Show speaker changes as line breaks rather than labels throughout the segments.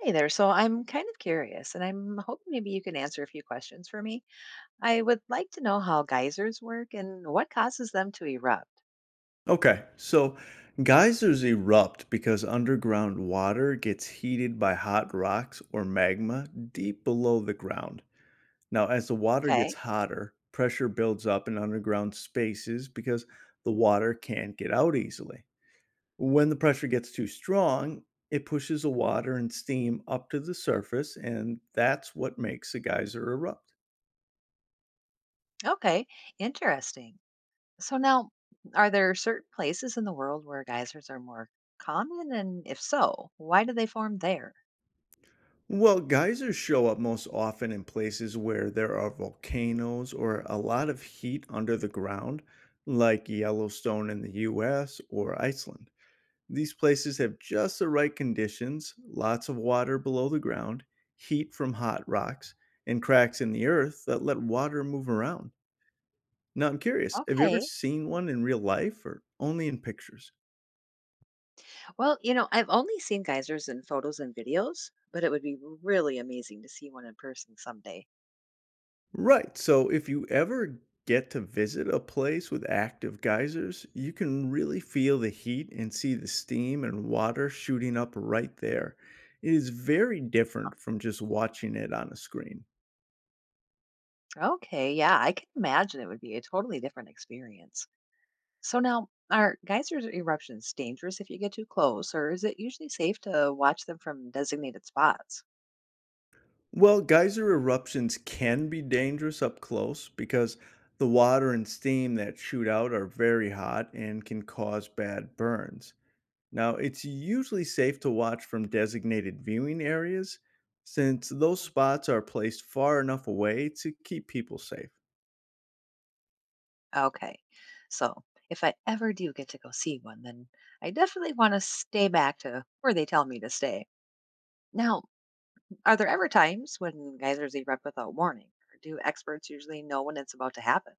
Hey there. So I'm kind of curious, and I'm hoping maybe you can answer a few questions for me. I would like to know how geysers work and what causes them to erupt.
Okay, so geysers erupt because underground water gets heated by hot rocks or magma deep below the ground. Now, as the water gets
Okay.
hotter, pressure builds up in underground spaces because the water can't get out easily. When the pressure gets too strong, it pushes the water and steam up to the surface, and that's what makes a geyser erupt.
Okay. Interesting. So now, are there certain places in the world where geysers are more common? And if so, why do they form there?
Well, geysers show up most often in places where there are volcanoes or a lot of heat under the ground, like Yellowstone in the US or Iceland. These places have just the right conditions lots of water below the ground, heat from hot rocks, and cracks in the earth that let water move around. Now, I'm curious have you ever
Okay.
seen one in real life or only in pictures?
Well, I've only seen geysers in photos and videos, but it would be really amazing to see one in person someday.
Right. So if you ever get to visit a place with active geysers, you can really feel the heat and see the steam and water shooting up right there. It is very different from just watching it on a screen.
Okay. Yeah, I can imagine it would be a totally different experience. So now, are geysers or eruptions dangerous if you get too close, or is it usually safe to watch them from designated spots?
Well, geyser eruptions can be dangerous up close because the water and steam that shoot out are very hot and can cause bad burns. Now, it's usually safe to watch from designated viewing areas since those spots are placed far enough away to keep people safe.
Okay, so if I ever do get to go see one, then I definitely want to stay back to where they tell me to stay. Now, are there ever times when geysers erupt without warning? Or do experts usually know when it's about to happen?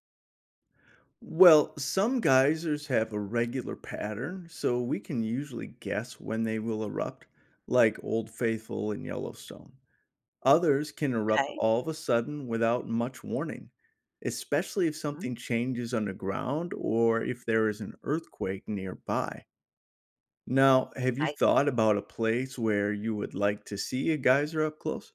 Well, some geysers have a regular pattern, so we can usually guess when they will erupt, like Old Faithful and Yellowstone. Others can erupt
Okay.
all of a sudden without much warning, especially if something
Mm,
changes underground or if there is an earthquake nearby. Now, have you
I
thought about a place where you would like to see a geyser up close?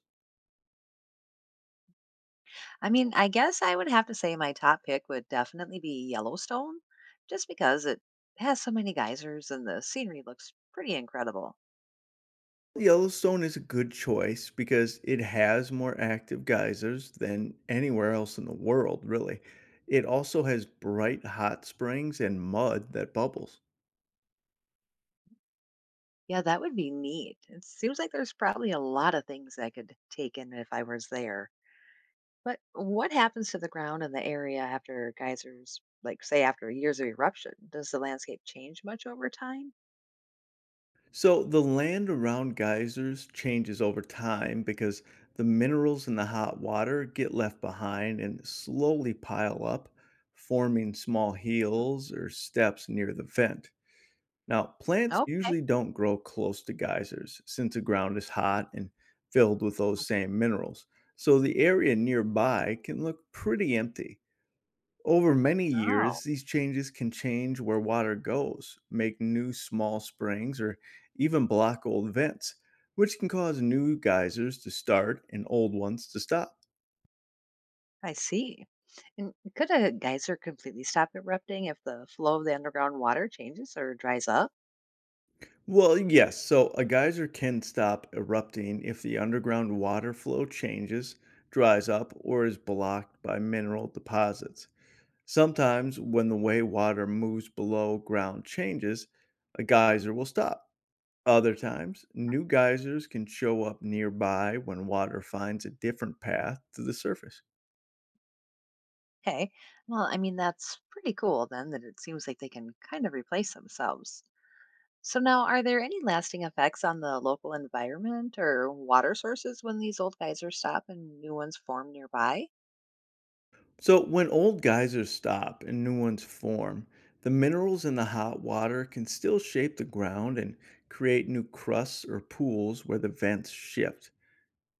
I mean, I guess I would have to say my top pick would definitely be Yellowstone, just because it has so many geysers and the scenery looks pretty incredible.
Yellowstone is a good choice because it has more active geysers than anywhere else in the world, really. It also has bright hot springs and mud that bubbles.
Yeah, that would be neat. It seems like there's probably a lot of things I could take in if I was there. But what happens to the ground in the area after geysers, like say after years of eruption? Does the landscape change much over time?
So the land around geysers changes over time because the minerals in the hot water get left behind and slowly pile up, forming small
Mm,
hills or steps near the vent. Now, plants
Okay.
usually don't grow close to geysers since the ground is hot and filled with those same minerals. So the area nearby can look pretty empty. Over many
Oh.
years, these changes can change where water goes, make new small springs, or even block old vents, which can cause new geysers to start and old ones to stop.
I see. And could a geyser completely stop erupting if the flow of the underground water changes or dries up?
Well, yes. So a geyser can stop erupting if the underground water flow changes, dries up, or is blocked by mineral deposits. Sometimes, when the way water moves below ground changes, a geyser will stop. Other times, new geysers can show up nearby when water finds a different path to the surface.
Okay. Well, I mean, that's pretty cool then that it seems like they can kind of replace themselves. So, now are there any lasting effects on the local environment or water sources when these old geysers stop and new ones form nearby?
So, when old geysers stop and new ones form, the minerals in the hot water can still shape the ground and create new crusts or pools where the vents shift.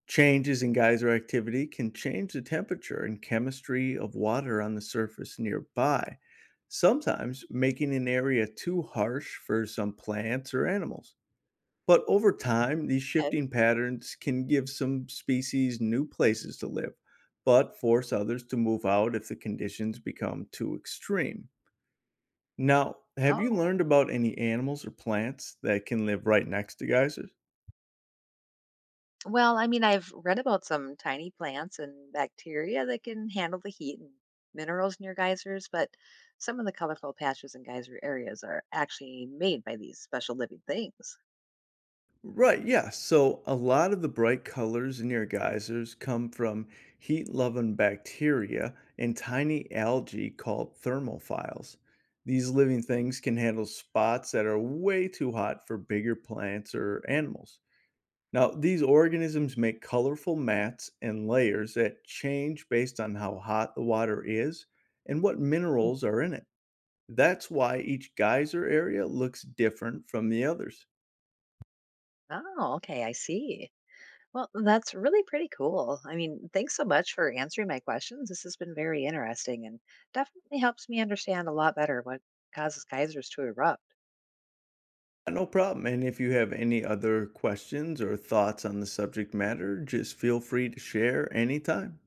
Changes in geyser activity can change the temperature and chemistry of water on the surface nearby, sometimes making an area too harsh for some plants or animals. But over time, these
Okay.
shifting patterns can give some species new places to live, but force others to move out if the conditions become too extreme. Now, have you
Oh.
learned about any animals or plants that can live right next to geysers?
Well, I mean, I've read about some tiny plants and bacteria that can handle the heat and minerals near geysers, but some of the colorful patches and geyser areas are actually made by these special living things.
Right, yeah. So a lot of the bright colors near geysers come from heat-loving bacteria and tiny algae called thermophiles. These living things can handle spots that are way too hot for bigger plants or animals. Now, these organisms make colorful mats and layers that change based on how hot the water is and what
Mm.
minerals are in it. That's why each geyser area looks different from the others.
Oh, okay, I see. Well, that's really pretty cool. I mean, thanks so much for answering my questions. This has been very interesting and definitely helps me understand a lot better what causes geysers to erupt.
Yeah, No problem. And if you have any other questions or thoughts on the subject matter, just feel free to share anytime.